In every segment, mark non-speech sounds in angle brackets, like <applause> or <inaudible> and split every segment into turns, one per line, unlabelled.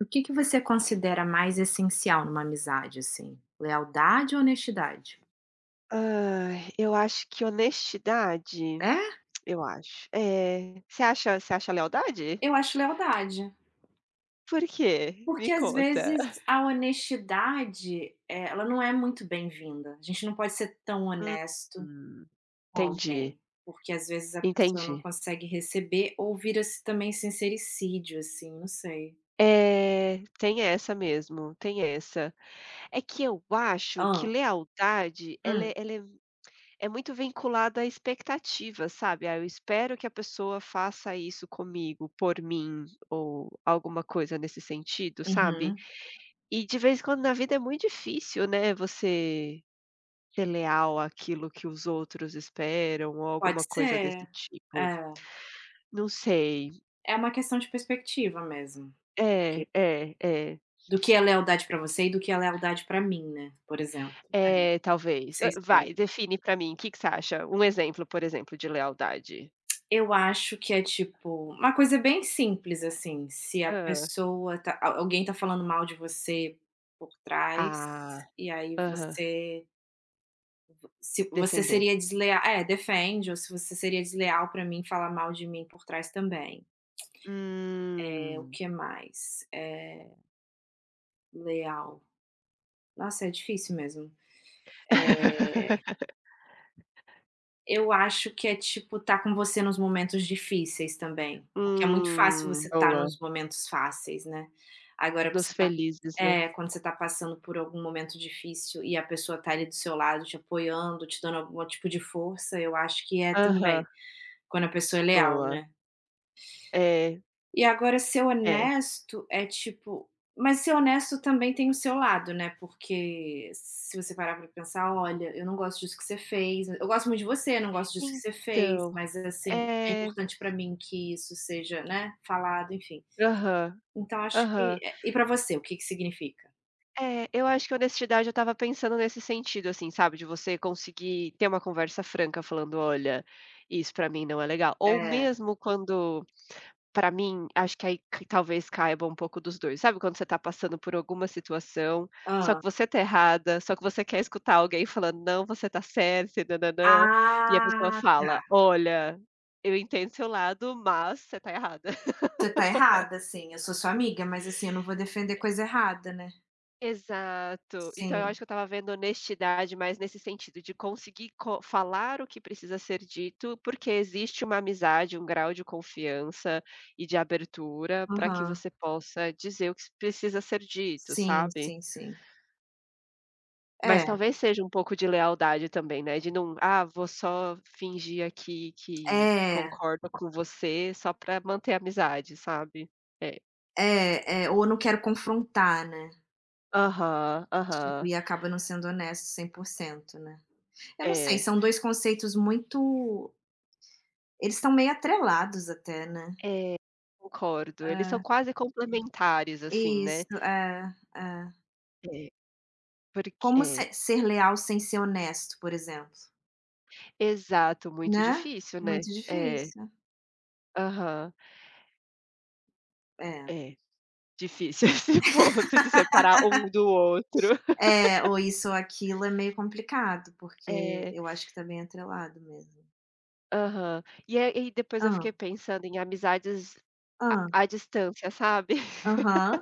O que que você considera mais essencial numa amizade, assim? Lealdade ou honestidade?
Ai, eu acho que honestidade,
É?
eu acho. É, você acha lealdade?
Eu acho lealdade.
Por quê? Me
Porque às
conta.
vezes a honestidade, ela não é muito bem-vinda. A gente não pode ser tão
Hum,
honesto
hum,
com
entendi,
alguém, porque às vezes a pessoa não
entendi.
consegue receber ou vira-se também sincericídio, assim, não sei.
É, tem essa mesmo, tem essa. É que eu acho que
Ah.
lealdade ela
Hum.
é ela é é muito vinculada à expectativa, sabe. "Ah, eu espero que a pessoa faça isso comigo, por mim", ou alguma coisa nesse sentido, sabe.
Uhum.
E de vez em quando na vida é muito difícil, né, você ser leal àquilo que os outros esperam ou
Pode
alguma coisa desse
ser.
tipo.
É.
Não sei.
É uma questão de perspectiva mesmo, porque
É, é, é.
do que é lealdade pra você e do que é lealdade pra mim, né, por exemplo. O
É,
que
talvez.
você espera?
Vai, define pra mim. O que que você acha? Um exemplo, por exemplo, de lealdade.
Eu acho que é, tipo, uma coisa bem simples, assim, se a
Hã.
pessoa tá a alguém tá falando mal de você por trás,
Ah,
e aí
aham.
você se você
Defender.
seria desleal, é, defende, ou se você seria desleal pra mim, falar mal de mim por trás também. É, o
Hum.
que mais? Leal. Nossa, é difícil mesmo.
<laughs>
Eu acho que é, tipo, estar com você nos momentos difíceis também, porque é muito fácil você estar
Boa.
nos momentos fáceis, né. Agora que você
Dos
está
felizes, né.
é, quando você está passando por algum momento difícil e a pessoa está ali do seu lado te apoiando, te dando algum tipo de força, eu acho que é
Aham,
também, quando a pessoa é leal,
boa.
né.
É,
E agora ser
é.
honesto é tipo mas ser honesto também tem o seu lado, né, porque se você parar pra pensar: "Olha, eu não gosto disso que você fez, eu gosto muito de você, não gosto disso que você fez,
Então,
mas, assim, é
é.
importante pra mim que isso seja, né, falado", enfim.
Aham,
Então acho que
aham.
e pra você, o que que significa?
É, eu acho que honestidade eu estava pensando nesse sentido, assim, sabe, de você conseguir ter uma conversa franca falando: "Olha, isso pra mim não é legal". Ou
É.
mesmo quando pra mim, acho que aí que talvez caiba um pouco dos 2, sabe quando você tá passando por alguma situação, só que
Hã.
você tá errada, só que você quer escutar alguém falando: "Não, você tá certa e nã e a pessoa
Ah,
fala:
tá.
"Olha, eu entendo seu lado, mas você tá errada".
Você tá errada, sim, eu sou sua amiga, mas, assim, eu não vou defender coisa errada, né.
Exato. Então eu acho
Sim.
que eu estava vendo honestidade, mas nesse sentido de conseguir co falar o que precisa ser dito, porque existe uma amizade, um grau de confiança e de abertura para que
Aham.
você possa dizer o que precisa ser dito,
Sim,
sabe.
sim, sim. É.
Mas talvez seja um pouco de lealdade também, né, de não: "Ah, vou só fingir aqui que
É,
concordo com você só para manter a amizade", sabe. É.
é, ou não quero confrontar, né,
Aham,
tipo,
aham.
e acaba não sendo honesto 100% né. Eu não sei,
É.
são 2 conceitos muito, eles estão meio atrelados até, né.
É, concordo. Eles são quase complementares, assim, né.
Isso, é, é.
É, porque
Como
é,
se ser leal sem ser honesto, por exemplo,
exato, muito
né,
difícil, né.
muito
É,
difícil.
aham.
É.
É, difícil <laughs> esse ponto de separar um do outro.
É, ou isso ou aquilo é meio complicado, porque
É,
eu acho que tá bem atrelado mesmo.
aham. E aí depois eu
Ah,
fiquei pensando em amizades à
ah,
à distância, sabe. <laughs>
aham.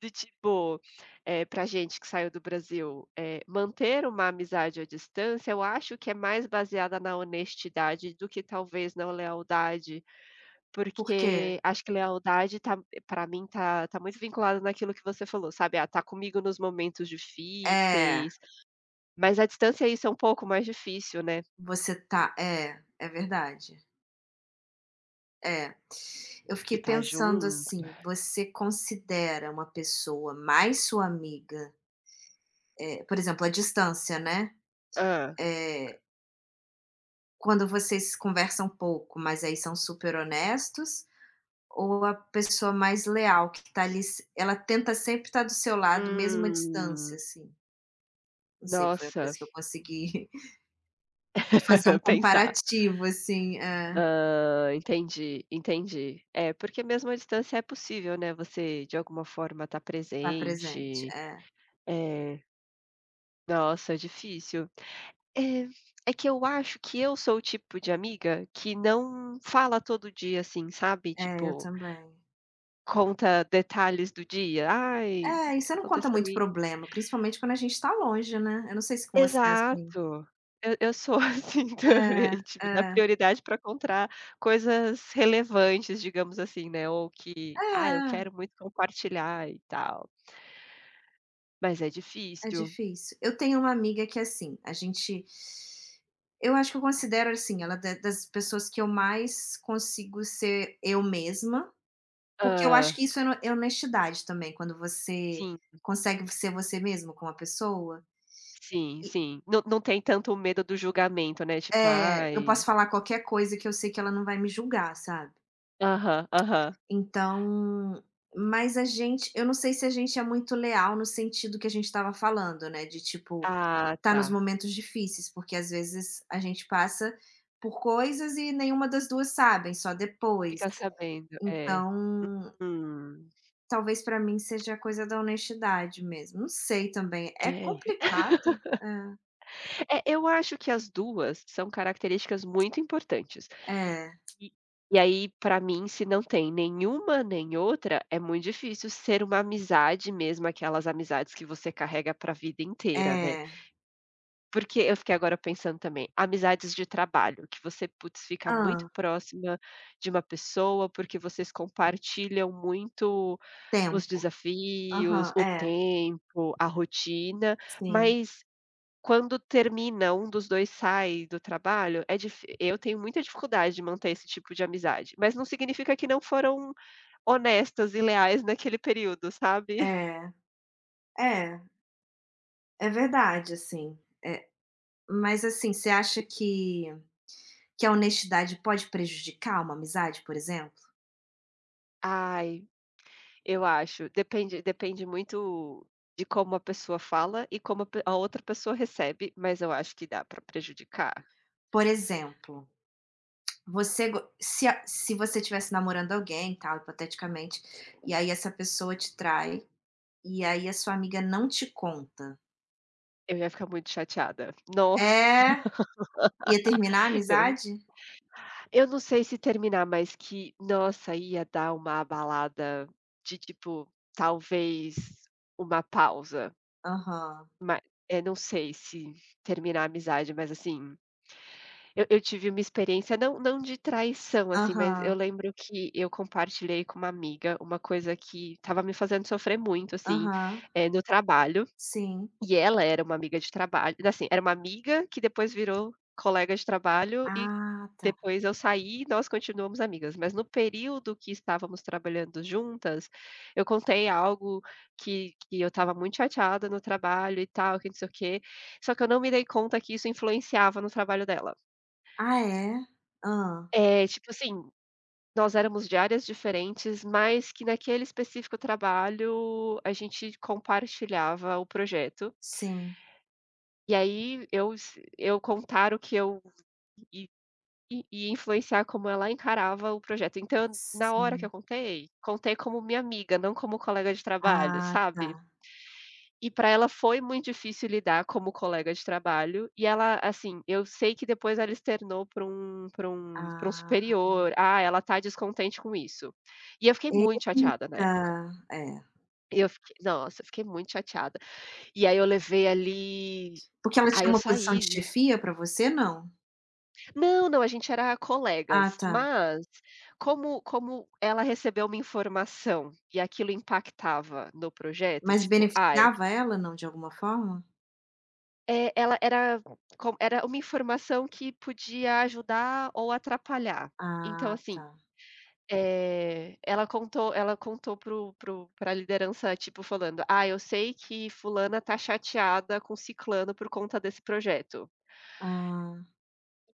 Do tipo, pra gente que saiu do Brasil, manter uma amizade à distância, eu acho que é mais baseada na honestidade do que talvez na lealdade.
Por quê?
Porque acho que lealdade para mim tá muito vinculada naquilo que você falou, sabe, ah, tá comigo nos momentos
É.
difíceis, mas a distância isso é um pouco mais difícil, né,
Você tá, é, verdade. É. Eu
de
fiquei
estar
pensando
junto.
assim, você considera uma pessoa mais sua amiga, por exemplo, a distância, né,
Ah.
eh, quando vocês conversam pouco, mas aí são super honestos, ou a pessoa mais leal que tá ali se ela tenta sempre estar do seu lado mesmo à distância,
Hum,
assim? Não sei, foi a
nossa,
coisa que eu consegui <laughs> fazer um
<laughs> pensar.
comparativo, assim. É,
Ah, entendi, entendi. É, porque mesmo à distância é possível, né, você de alguma forma tá
tá presente.
presente.
É,
É, nossa, difícil. É, é que eu acho que eu sou o tipo de amiga que não fala todo dia, assim, sabe,
é, eu
tipo,
também.
conta detalhes do dia. "Ai,
É, e você não conta
aconteceu
muito
i".
problema, principalmente quando a gente tá longe, né. Eu não sei se com você é assim.
Exato. Eu sou <laughs> assim também,
É,
tipo, dá
é.
prioridade para contar coisas relevantes, digamos assim, né, ou que: "Ah, eu
É,
quero muito compartilhar e tal". Mas é
é
difícil.
difícil. Eu tenho uma amiga que é assim, a gente eu acho que eu considero, assim, ela é da das pessoas que eu mais consigo ser eu mesma, porque eu acho
Ah.
que isso é no é honestidade também, quando você
Sim,
consegue ser você mesmo com uma pessoa.
sim,
E
sim. Não, tem tanto o medo do julgamento, né, tipo:
é, eu
"Ai".
posso falar qualquer coisa que eu sei que ela não vai me julgar, sabe.
Aham, aham.
Então, mas a gente eu não sei se a gente é muito leal no sentido que a gente estava falando, né, de tipo,
Ah,
tá
tá.
nos momentos difíceis, porque às vezes a gente passa por coisas e nenhuma das 2 sabem, só depois.
Fica sabendo, é.
Então,
Hum,
talvez pra mim seja a coisa da honestidade mesmo, não sei também, é
é. <laughs>
complicado.
É, eu acho que as 2 são características muito importantes.
É,
E e aí, pra mim, se não tem nenhuma nem outra, é muito difícil ser uma amizade mesmo, aquelas amizades que você carrega pra vida inteira, né.
é.
Porque eu fiquei agora pensando também, amizades de trabalho, que você, putz, fica muito
Hã,
próxima de uma pessoa, porque vocês compartilham muito. Os
tempo.
desafios,
Aham,
o
é,
tempo, a rotina,
sim,
mas quando termina, um dos 2 sai do trabalho, é dif eu tenho muita dificuldade de manter esse tipo de amizade, mas não significa que não foram honestas e leais naquele período, sabe.
é, é, é verdade assim, é. Mas assim, você acha que a honestidade pode prejudicar uma amizade, por exemplo?
Ai, eu acho, depende muito de como a pessoa fala e como a pe a outra pessoa recebe, mas eu acho que dá para prejudicar.
Por exemplo, você go se a se você estivesse namorando alguém, tal, hipoteticamente, e aí essa pessoa te trai, e aí a sua amiga não te conta.
Eu ia ficar muito chateada. Nossa.
É, ia terminar a
<laughs>
amizade?
Eu não sei se terminar, mas que, nossa, ia dar uma abalada de, tipo, talvez uma pausa,
Aham,
mas não sei se terminar a amizade, mas, assim, eu tive uma experiência não de traição, assim, mas eu
aham,
lembro que eu compartilhei com uma amiga uma coisa que estava me fazendo sofrer muito, assim,
aham,
no trabalho,
sim.
e ela era uma amiga de trabalho assim, era uma amiga que depois virou colega de trabalho e
Ah, tá.
depois eu saí e nós continuamos amigas, mas no período que estávamos trabalhando juntas, eu contei algo que eu estava muito chateada no trabalho e tal, que não sei o quê, só que eu não me dei conta que isso influenciava no trabalho dela.
Ah, é? Ah,
É tipo assim, nós éramos de áreas diferentes, mas que naquele específico trabalho a gente compartilhava o projeto.
sim,
E aí eu se eu contar o que eu E influenciar como ela encarava o projeto. Então, na hora que eu
sim.
contei, contei como minha amiga, não como colega de trabalho,
Ah, tá.
sabe. E para ela foi muito difícil lidar como colega de trabalho, e ela, assim, eu sei que depois ela externou para um
Ah,
superior: "Ah, ela tá descontente com isso". E eu fiquei muito chateada na época.
eita, é.
Eu fiquei nossa, eu fiquei muito chateada. E aí eu levei ali
Porque ela
aí
tinha
eu
uma posição de
saí
chefia pra você, não?
Não, não, a gente era
Ah,
colegas,
tá.
mas como ela recebeu uma informação e aquilo impactava no projeto,
Mas
tipo, ai,
beneficiava ela, não, de alguma forma?
ela era co era uma informação que podia ajudar ou atrapalhar. Então,
Ah,
assim,
tá.
ela contou para a liderança, tipo, falando: "Ah, eu sei que fulana tá chateada com ciclano por conta desse projeto".
Ah.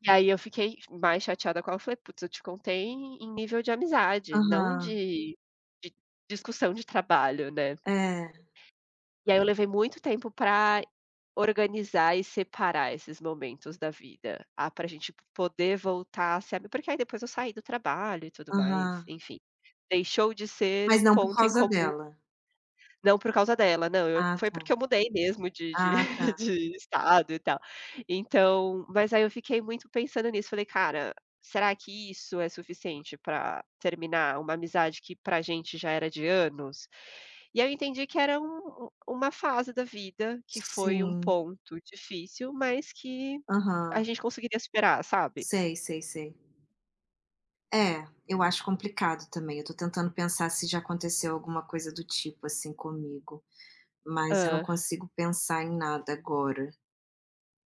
E aí eu fiquei mais chateada com ela, eu falei: "Putz, eu te contei em nível de amizade, não
Aham.
de discussão de trabalho, né".
É.
E aí eu levei muito tempo pra organizar e separar esses momentos da vida, ah, pra gente poder voltar a se ami porque aí depois eu saí do trabalho e tudo mais,
Aham.
enfim, deixou de ser
Mas
um
não por
ponto em
causa
comum,
dela.
não por causa dela, não, eu
Ah,
foi
tá.
porque eu mudei mesmo de
Ah, tá.
<laughs> de estado e tal. Então mas aí eu fiquei muito pensando nisso, falei: "Cara, será que isso é suficiente pra terminar uma amizade que pra gente já era de anos?". E aí eu entendi que era uma fase da vida, que foi um
Sim.
ponto difícil, mas que a
Aham.
gente conseguiria superar, sabe.
Sei, sei, sei. É, eu acho complicado também. Eu tô tentando pensar se já aconteceu alguma coisa do tipo, assim, comigo, mas eu não
Hã.
consigo pensar em nada agora.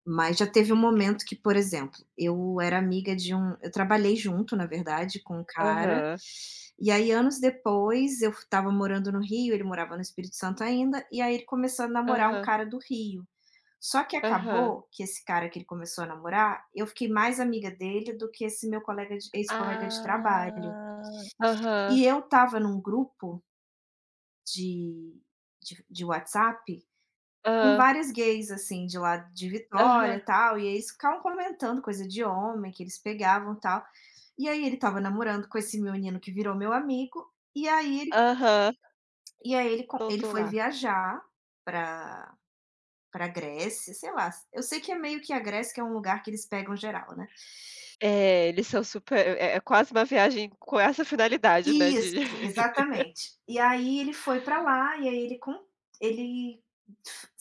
Mas já teve um momento que, por exemplo, eu era amiga de um eu trabalhei junto, na verdade, com um cara,
Aham.
e aí anos depois eu estava morando no Rio, ele morava no Espírito Santo ainda, e aí ele começou a namorar um
Aham.
cara do Rio. Só que
Aham.
acabou que esse cara que ele começou a namorar, eu fiquei mais amiga dele do que esse meu colega de ex-colega de trabalho.
Ah. Aham.
E eu estava num grupo de WhatsApp com
Hã.
vários gays, assim, de lá de Vitória,
Aham.
tal, e eles ficavam comentando coisa de homem que eles pegavam, tal. E aí ele estava namorando com esse menino que virou meu amigo,
Aham,
e aí ele co ele
voltou
foi
lá.
viajar para Grécia, sei lá, eu sei que é meio que a Grécia que é um lugar que eles pegam geral, né.
É, eles são super é é quase uma viagem com essa finalidade, né,
Isso,
de...
exatamente. E aí ele foi pra lá, e aí ele com ele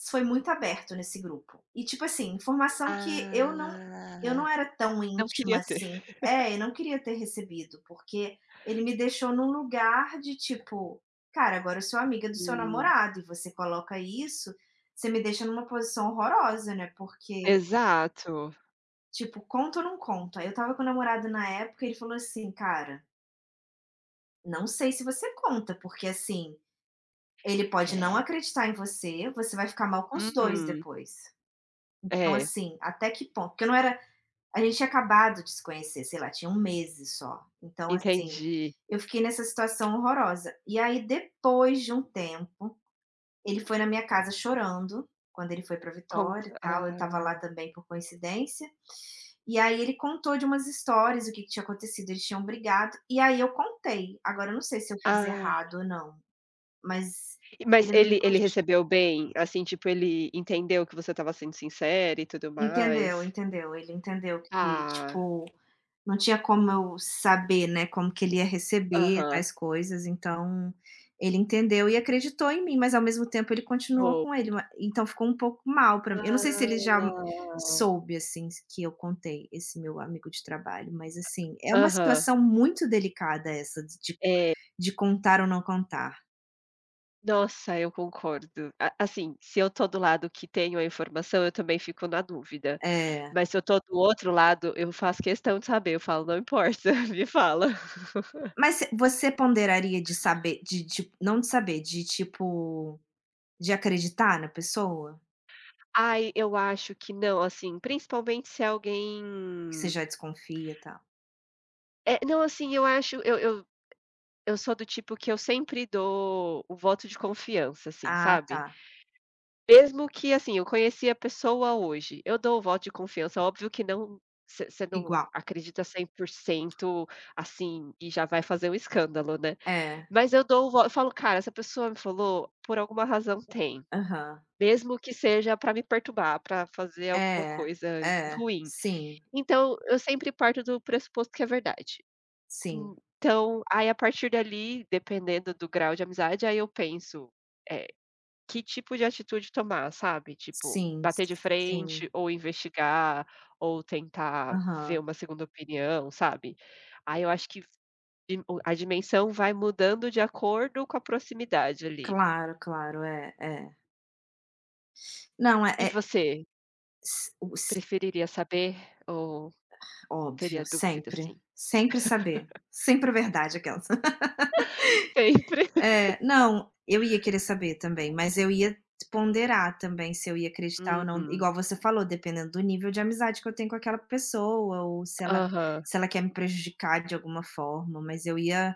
foi muito aberto nesse grupo. E tipo assim, informação que eu
Ah.
não
<laughs>
era tão
Não
íntima
queria ter.
assim. É, eu não queria ter recebido, porque ele me deixou num lugar de tipo: "Cara, agora eu sou amiga do seu
Hum,
namorado e você coloca isso, você me deixa numa posição horrorosa, né, porque,
exato.
tipo, conta ou não conta?". Aí eu estava com o namorado na época, e ele falou assim: "Cara, não sei se você conta, porque assim, ele pode não
É.
acreditar em você, você vai ficar mal com os 2
Uhum.
depois. Então,
É,
assim, até que ponto porque eu não era a gente tinha acabado de se conhecer, sei lá, tinha um mês só. Então, assim,
entendi.
eu fiquei nessa situação horrorosa. E aí, depois de um tempo, ele foi na minha casa chorando, quando ele foi pra Vitória
Conta
e tal, eu estava lá
hã.
também por coincidência. E aí ele contou de umas histórias, o que que tinha acontecido, eles tinham brigado, e aí eu contei. Agora eu não sei se eu fiz
Ah,
errado ou não, mas
mas
ele não me
ele ele recebeu bem? Assim, tipo, ele entendeu que você estava sendo sincera e tudo
entendeu,
mais?
entendeu. Ele entendeu que,
Ah.
tipo, não tinha como eu saber, né, como que ele ia receber
Aham,
tais coisas, então ele entendeu e acreditou em mim, mas ao mesmo tempo ele continuou
boa.
com ele, ma então ficou um pouco mal pra mim. Eu não sei se ele já
Ah.
soube, assim, que eu contei, esse meu amigo de trabalho, mas, assim, é uma
Aham,
situação muito delicada essa de
é.
contar ou não contar.
Nossa, eu concordo. A assim, se eu tô do lado que tenho a informação, eu também fico na dúvida,
É.
mas se eu tô do outro lado, eu faço questão de saber, eu falo: "Não importa, <laughs> me fala".
Mas você ponderaria de saber de não de saber, de tipo de acreditar na pessoa?
Ai, eu acho que não, assim, principalmente se alguém
Que você já desconfia e tal.
é, não, assim, eu acho eu sou do tipo que eu sempre dou o voto de confiança, assim,
Ah,
sabe?
tá.
Mesmo que, assim, eu conheci a pessoa hoje, eu dou o voto de confiança, óbvio que não, você não
Igual.
acredita 100%, assim, e já vai fazer um escândalo, né.
É.
Mas eu dou o voto. Eu falo: "Cara, essa pessoa me falou, por alguma razão tem,
Aham.
mesmo que seja para me perturbar, para fazer alguma
É,
coisa
é.
ruim".
Sim,
Então, eu sempre parto do pressuposto que é verdade.
sim,
Então, aí a partir dali, dependendo do grau de amizade, aí eu penso, que tipo de atitude tomar, sabe? Tipo,
sim,
bater de
sim.
frente ou investigar ou tentar ver
Aham.
uma segunda opinião, sabe? Aí eu acho que di o a dimensão vai mudando de acordo com a proximidade ali.
Claro, claro. É, é. Não,
E você,
s o s
preferiria saber ou
óbvio,
teria dúvida,
sempre.
assim?
Sempre saber. Sempre a verdade, é aquela.
Sempre.
É, não, eu ia querer saber também, mas eu ia ponderar também se eu ia acreditar ou
<laughs>
não,
Hum,
igual você falou, dependendo do nível de amizade que eu tenho com aquela pessoa, ou se ela
aham.
se ela quer me prejudicar de alguma forma, mas eu ia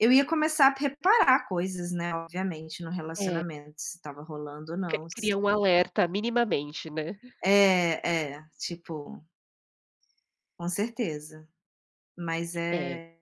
eu ia começar a reparar coisas, né, obviamente, no
É,
relacionamento, se estava rolando ou não, se
cria um alerta minimamente, né?
é, é, tipo, com certeza, mas
É.
é